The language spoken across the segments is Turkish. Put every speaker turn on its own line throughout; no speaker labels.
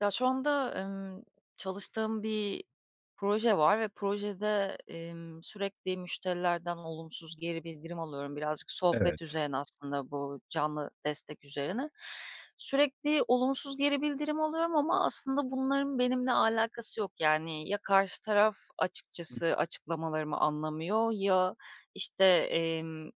Ya, şu anda, çalıştığım bir proje var ve projede, sürekli müşterilerden olumsuz geri bildirim alıyorum. Birazcık sohbet
Evet.
üzerine aslında bu canlı destek üzerine. Sürekli olumsuz geri bildirim alıyorum ama aslında bunların benimle alakası yok. Yani ya karşı taraf
Hı.
açıkçası açıklamalarımı anlamıyor ya, işte,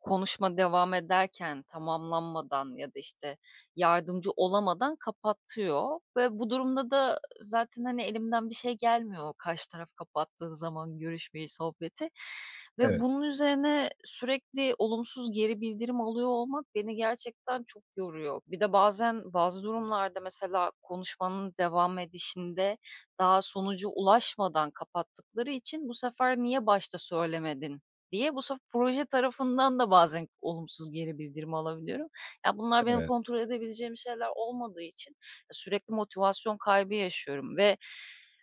konuşma devam ederken tamamlanmadan ya da, işte, yardımcı olamadan kapatıyor ve bu durumda da zaten, hani, elimden bir şey gelmiyor karşı taraf kapattığı zaman görüşmeyi, sohbeti ve
Evet,
bunun üzerine sürekli olumsuz geri bildirim alıyor olmak beni gerçekten çok yoruyor. Bir de bazen bazı durumlarda mesela konuşmanın devam edişinde daha sonucu ulaşmadan kapattıkları için bu sefer "Niye başta söylemedin?" diye bu sefer proje tarafından da bazen olumsuz geri bildirim alabiliyorum. Ya, bunlar benim
evet.
kontrol edebileceğim şeyler olmadığı için sürekli motivasyon kaybı yaşıyorum ve,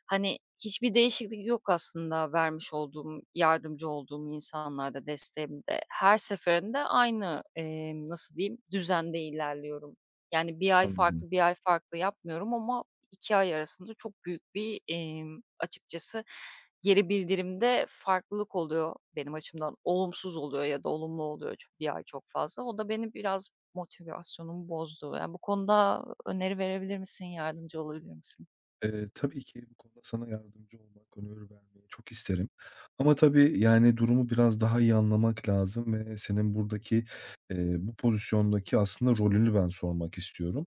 hani, hiçbir değişiklik yok aslında vermiş olduğum, yardımcı olduğum insanlarda, desteğimde. Her seferinde aynı, nasıl diyeyim, düzende ilerliyorum. Yani, bir ay
Anladım.
farklı, bir ay farklı yapmıyorum ama 2 ay arasında çok büyük bir, açıkçası geri bildirimde farklılık oluyor benim açımdan. Olumsuz oluyor ya da olumlu oluyor 1 ay çok fazla. O da beni biraz motivasyonumu bozdu. Yani, bu konuda öneri verebilir misin? Yardımcı olabilir misin?
Tabii ki bu konuda sana yardımcı olmak, öneri vermeyi çok isterim. Ama tabii, yani, durumu biraz daha iyi anlamak lazım ve senin buradaki, bu pozisyondaki aslında rolünü ben sormak istiyorum.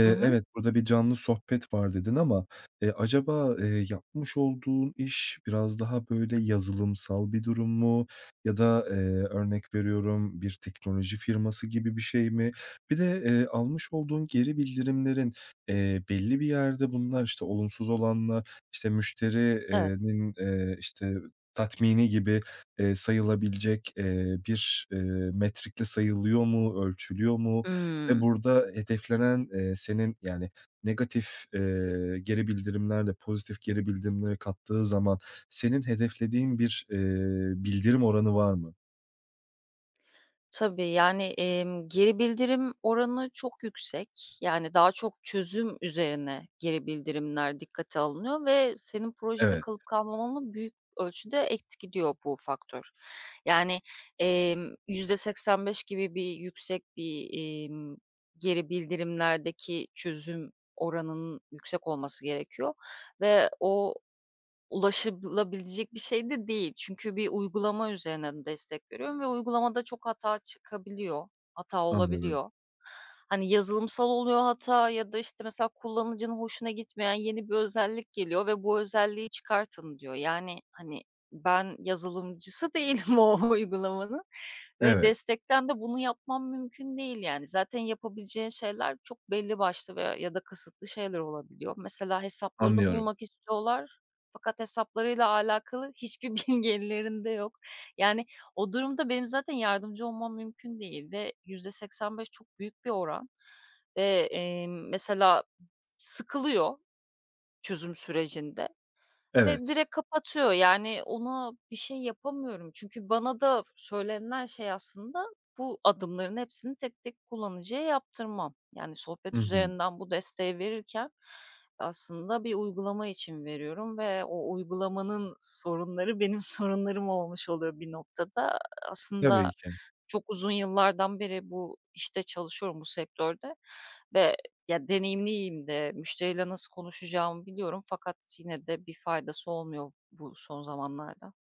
Hı hı.
Evet, burada bir canlı sohbet var dedin ama, acaba, yapmış olduğun iş biraz daha böyle yazılımsal bir durum mu ya da, örnek veriyorum bir teknoloji firması gibi bir şey mi? Bir de, almış olduğun geri bildirimlerin belli bir yerde bunlar, işte, olumsuz olanlar, işte,
Evet.
müşterinin işte, tatmini gibi, sayılabilecek, bir, metrikle sayılıyor mu, ölçülüyor mu ve
Hımm.
burada hedeflenen, senin, yani, negatif, geri bildirimlerle pozitif geri bildirimleri kattığı zaman senin hedeflediğin bir, bildirim oranı var mı?
Tabii, yani, geri bildirim oranı çok yüksek. Yani, daha çok çözüm üzerine geri bildirimler dikkate alınıyor ve senin projede
Evet,
kalıp kalmamanı büyük ölçüde etkiliyor bu faktör. Yani, %85 gibi bir yüksek bir, geri bildirimlerdeki çözüm oranının yüksek olması gerekiyor ve o ulaşılabilecek bir şey de değil. Çünkü bir uygulama üzerinden destek veriyorum ve uygulamada çok hata çıkabiliyor, hata
anladım.
olabiliyor. Hani, yazılımsal oluyor hata ya da, işte, mesela kullanıcının hoşuna gitmeyen yeni bir özellik geliyor ve bu özelliği çıkartın diyor. Yani, hani, ben yazılımcısı değilim o uygulamanın ve
Evet,
destekten de bunu yapmam mümkün değil, yani. Zaten yapabileceğin şeyler çok belli başlı veya ya da kısıtlı şeyler olabiliyor. Mesela hesaplarını
anlıyorum.
bulmak istiyorlar fakat hesaplarıyla alakalı hiçbir bilgi ellerinde yok. Yani o durumda benim zaten yardımcı olmam mümkün değil ve %85 çok büyük bir oran. Ve, mesela sıkılıyor çözüm sürecinde ve
Evet.
direkt kapatıyor. Yani ona bir şey yapamıyorum. Çünkü bana da söylenilen şey aslında bu adımların hepsini tek tek kullanıcıya yaptırmam. Yani
Hı
sohbet
hı.
üzerinden bu desteği verirken aslında bir uygulama için veriyorum ve o uygulamanın sorunları benim sorunlarım olmuş oluyor bir noktada.
Tabii
Aslında
ki.
çok uzun yıllardan beri bu işte çalışıyorum bu sektörde ve ya, deneyimliyim de, müşteriyle nasıl konuşacağımı biliyorum fakat yine de bir faydası olmuyor bu son zamanlarda.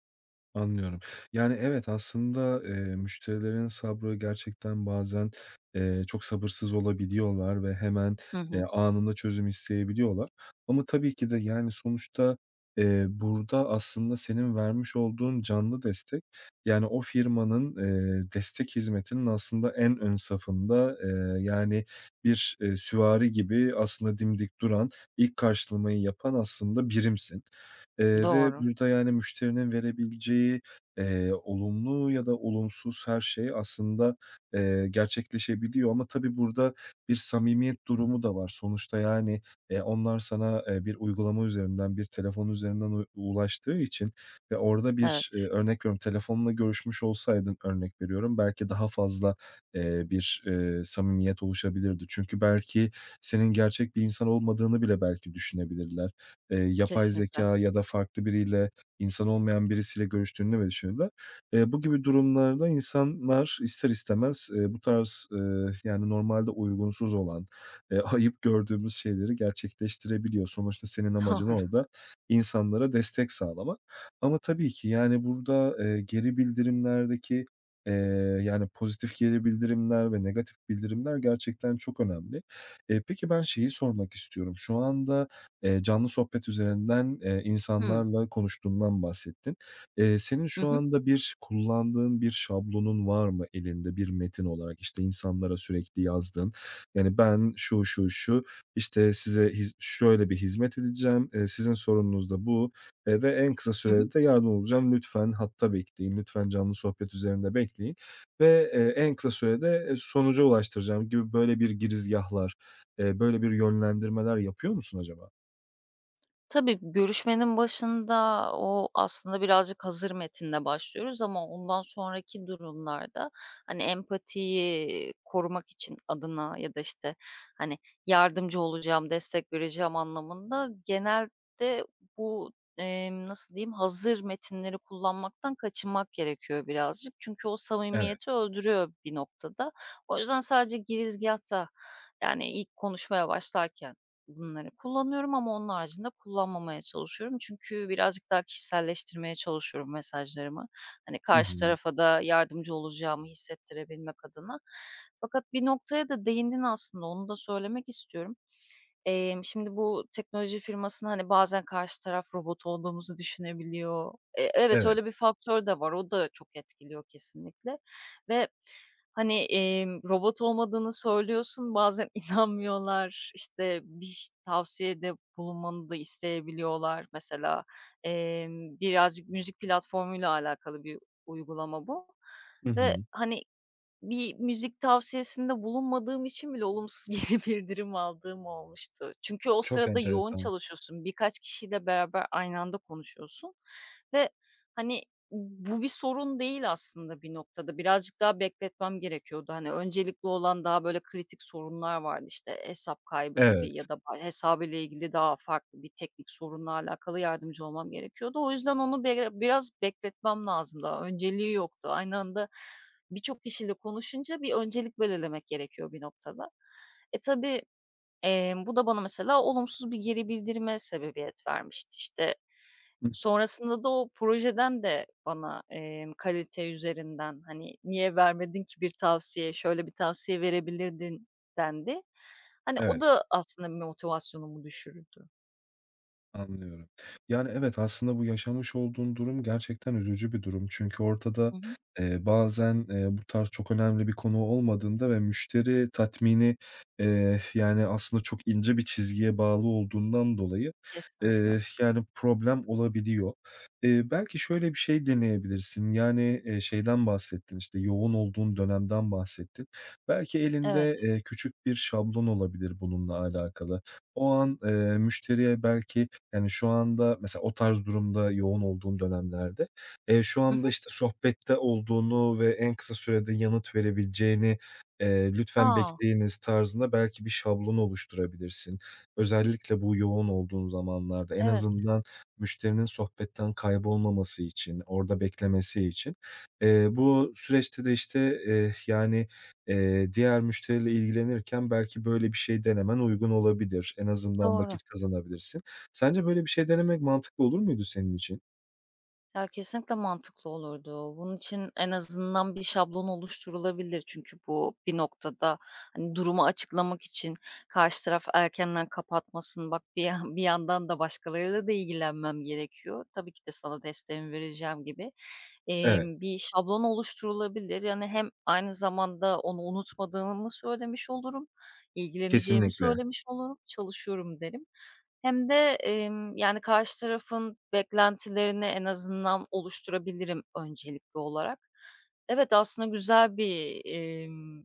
Anlıyorum. Yani, evet, aslında, müşterilerin sabrı gerçekten bazen, çok sabırsız olabiliyorlar ve hemen,
Hı hı.
anında çözüm isteyebiliyorlar. Ama tabii ki de, yani, sonuçta, burada aslında senin vermiş olduğun canlı destek, yani, o firmanın, destek hizmetinin aslında en ön safında, yani, bir, süvari gibi aslında dimdik duran, ilk karşılamayı yapan aslında birimsin. Ve
Doğru.
burada, yani, müşterinin verebileceği, olumlu ya da olumsuz her şey aslında, gerçekleşebiliyor ama tabii burada bir samimiyet durumu da var. Sonuçta, yani, onlar sana, bir uygulama üzerinden, bir telefon üzerinden ulaştığı için ve orada bir,
Evet,
örnek veriyorum, telefonla görüşmüş olsaydın, örnek veriyorum, belki daha fazla, bir, samimiyet oluşabilirdi. Çünkü belki senin gerçek bir insan olmadığını bile belki düşünebilirler yapay
kesinlikle.
zeka ya da farklı biriyle, insan olmayan birisiyle görüştüğünde ve düşündüğünde, bu gibi durumlarda insanlar ister istemez, bu tarz, yani normalde uygunsuz olan, ayıp gördüğümüz şeyleri gerçekleştirebiliyor. Sonuçta senin amacın
Doğru.
orada insanlara destek sağlamak. Ama tabii ki, yani, burada, geri bildirimlerdeki, eee, yani, pozitif geri bildirimler ve negatif bildirimler gerçekten çok önemli. Peki ben şeyi sormak istiyorum. Şu anda canlı sohbet üzerinden,
Hıı.
insanlarla konuştuğundan bahsettin. Senin
Hı
şu
hı.
anda bir kullandığın bir şablonun var mı elinde bir metin olarak? İşte, insanlara sürekli yazdığın, yani, "Ben şu, şu, şu, işte, size şöyle bir hizmet edeceğim, sizin sorununuz da bu, ve en kısa
Hı hı.
sürede de yardımcı olacağım. Lütfen hatta bekleyin, lütfen canlı sohbet üzerinde bekleyin ve, en kısa sürede, sonuca ulaştıracağım." gibi böyle bir girizgâhlar, böyle bir yönlendirmeler yapıyor musun acaba?
Tabii, görüşmenin başında o aslında birazcık hazır metinle başlıyoruz ama ondan sonraki durumlarda, hani, empatiyi korumak için adına ya da, işte, hani, yardımcı olacağım, destek vereceğim anlamında genelde bu, nasıl diyeyim, hazır metinleri kullanmaktan kaçınmak gerekiyor birazcık. Çünkü o
Evet.
samimiyeti öldürüyor bir noktada. O yüzden sadece girizgâhta, yani, ilk konuşmaya başlarken bunları kullanıyorum ama onun haricinde kullanmamaya çalışıyorum. Çünkü birazcık daha kişiselleştirmeye çalışıyorum mesajlarımı. Hani
Hı
karşı
hı.
tarafa da yardımcı olacağımı hissettirebilmek adına. Fakat bir noktaya da değindin aslında, onu da söylemek istiyorum. Şimdi bu teknoloji firmasına, hani, bazen karşı taraf robot olduğumuzu düşünebiliyor. E evet,
Evet.
öyle bir faktör de var. O da çok etkiliyor kesinlikle ve, hani, robot olmadığını söylüyorsun, bazen inanmıyorlar. İşte, bir ş tavsiyede bulunmanı da isteyebiliyorlar. Mesela, birazcık müzik platformuyla alakalı bir uygulama bu
Hı
ve,
hı.
hani bir müzik tavsiyesinde bulunmadığım için bile olumsuz geri bildirim aldığım olmuştu. Çünkü o
Çok
sırada yoğun
enteresan.
çalışıyorsun. Birkaç kişiyle beraber aynı anda konuşuyorsun ve, hani, bu bir sorun değil aslında bir noktada. Birazcık daha bekletmem gerekiyordu. Hani, öncelikli olan daha böyle kritik sorunlar vardı. İşte, hesap kaybı gibi
Evet.
ya da hesabıyla ilgili daha farklı bir teknik sorunla alakalı yardımcı olmam gerekiyordu. O yüzden onu biraz bekletmem lazım daha önceliği yoktu. Aynı anda birçok kişiyle konuşunca bir öncelik belirlemek gerekiyor bir noktada. Tabii, bu da bana mesela olumsuz bir geri bildirime sebebiyet vermişti. İşte,
Hıh.
sonrasında da o projeden de bana, kalite üzerinden, hani, "Niye vermedin ki bir tavsiye, şöyle bir tavsiye verebilirdin." dendi. Hani, o
Evet.
da aslında bir motivasyonumu düşürdü.
Anlıyorum. Yani, evet, aslında bu yaşamış olduğun durum gerçekten üzücü bir durum. Çünkü ortada,
Hı hı.
bazen, bu tarz çok önemli bir konu olmadığında ve müşteri tatmini, yani, aslında çok ince bir çizgiye bağlı olduğundan dolayı,
Kesinlikle.
yani, problem olabiliyor. Belki şöyle bir şey deneyebilirsin. Yani, şeyden bahsettin, işte, yoğun olduğun dönemden bahsettin. Belki elinde,
Evet.
küçük bir şablon olabilir bununla alakalı. O an, müşteriye belki yani, şu anda mesela o tarz durumda yoğun olduğum dönemlerde, şu
Hı
anda,
hı.
işte, sohbette olduğunu ve en kısa sürede yanıt verebileceğini, "Lütfen
A!
bekleyiniz." tarzında belki bir şablon oluşturabilirsin. Özellikle bu yoğun olduğun zamanlarda en
Evet,
azından müşterinin sohbetten kaybolmaması için, orada beklemesi için. Bu süreçte de, işte, yani, diğer müşteriyle ilgilenirken belki böyle bir şey denemen uygun olabilir. En azından
doğru.
vakit kazanabilirsin. Sence böyle bir şey denemek mantıklı olur muydu senin için?
Ya, kesinlikle mantıklı olurdu. Bunun için en azından bir şablon oluşturulabilir. Çünkü bu bir noktada, hani, durumu açıklamak için karşı taraf erkenden kapatmasın, bak bir yan bir yandan da başkalarıyla da ilgilenmem gerekiyor. Tabii ki de sana desteğimi vereceğim gibi,
Evet,
bir şablon oluşturulabilir. Yani, hem aynı zamanda onu unutmadığımı söylemiş olurum, ilgileneceğimi
kesinlikle.
söylemiş olurum, çalışıyorum derim. Hem de, yani, karşı tarafın beklentilerini en azından oluşturabilirim öncelikli olarak. Evet, aslında güzel bir,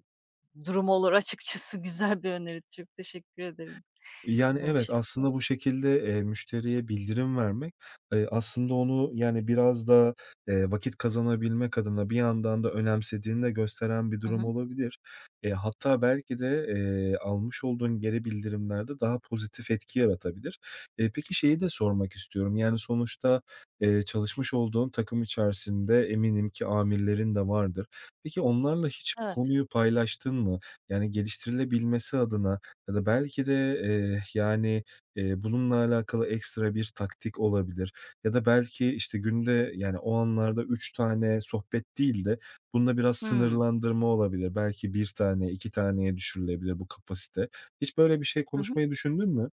durum olur açıkçası. Güzel bir öneri. Çok teşekkür ederim
Yani,
bu
evet,
şekilde.
aslında bu şekilde, müşteriye bildirim vermek, aslında onu, yani, biraz da, vakit kazanabilmek adına bir yandan da önemsediğini de gösteren bir
Hı
durum
hı.
olabilir. Hatta belki de, almış olduğun geri bildirimlerde daha pozitif etki yaratabilir. Peki şeyi de sormak istiyorum, yani, sonuçta, çalışmış olduğun takım içerisinde eminim ki amirlerin de vardır. Peki onlarla hiç bu
Evet.
konuyu paylaştın mı? Yani geliştirilebilmesi adına ya da belki de, yani, bununla alakalı ekstra bir taktik olabilir ya da belki, işte, günde, yani, o anlarda 3 tane sohbet değil de bunda biraz
Hımm.
sınırlandırma olabilir. Belki bir tane, 2 taneye düşürülebilir bu kapasite. Hiç böyle bir şey
Hı.
konuşmayı düşündün mü?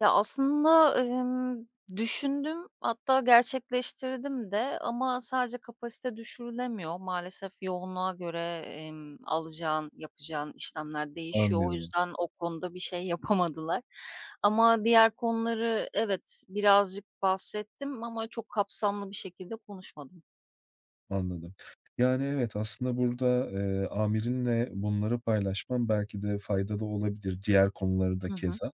Ya, aslında, düşündüm hatta gerçekleştirdim de ama sadece kapasite düşürülemiyor. Maalesef yoğunluğa göre, alacağın, yapacağın işlemler değişiyor. O
Anlıyorum.
yüzden o konuda bir şey yapamadılar. Ama diğer konuları evet, birazcık bahsettim ama çok kapsamlı bir şekilde konuşmadım.
Anladım. Yani, evet, aslında burada, amirinle bunları paylaşman belki de faydalı olabilir, diğer konuları da
Hı hı.
keza.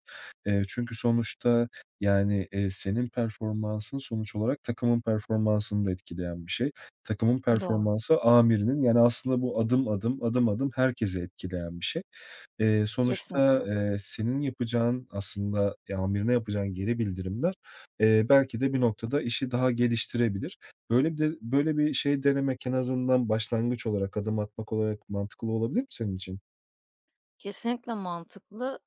Çünkü sonuçta, yani, senin performansın sonuç olarak takımın performansını da etkileyen bir şey. Takımın
Doğru.
performansı amirinin, yani, aslında bu adım adım, adım adım herkese etkileyen bir şey. Sonuçta,
Kesinlikle.
senin yapacağın aslında, amirine yapacağın geri bildirimler, belki de bir noktada işi daha geliştirebilir. Böyle bir de böyle bir şey denemek en azından başlangıç olarak, adım atmak olarak mantıklı olabilir mi senin için?
Kesinlikle mantıklı.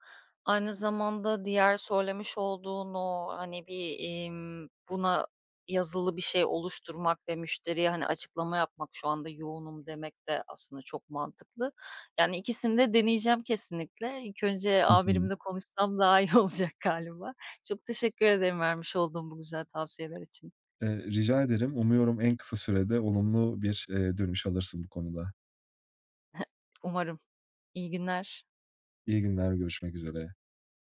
Aynı zamanda diğer söylemiş olduğun o, hani, bir, buna yazılı bir şey oluşturmak ve müşteriye, hani, açıklama yapmak, "Şu anda yoğunum." demek de aslında çok mantıklı. Yani, ikisini de deneyeceğim kesinlikle. İlk önce
Hı hı.
amirimle konuşsam daha iyi olacak galiba. Çok teşekkür ederim vermiş olduğun bu güzel tavsiyeler için.
Rica ederim. Umuyorum en kısa sürede olumlu bir, dönüş alırsın bu konuda.
Umarım. İyi günler.
İyi günler, görüşmek üzere.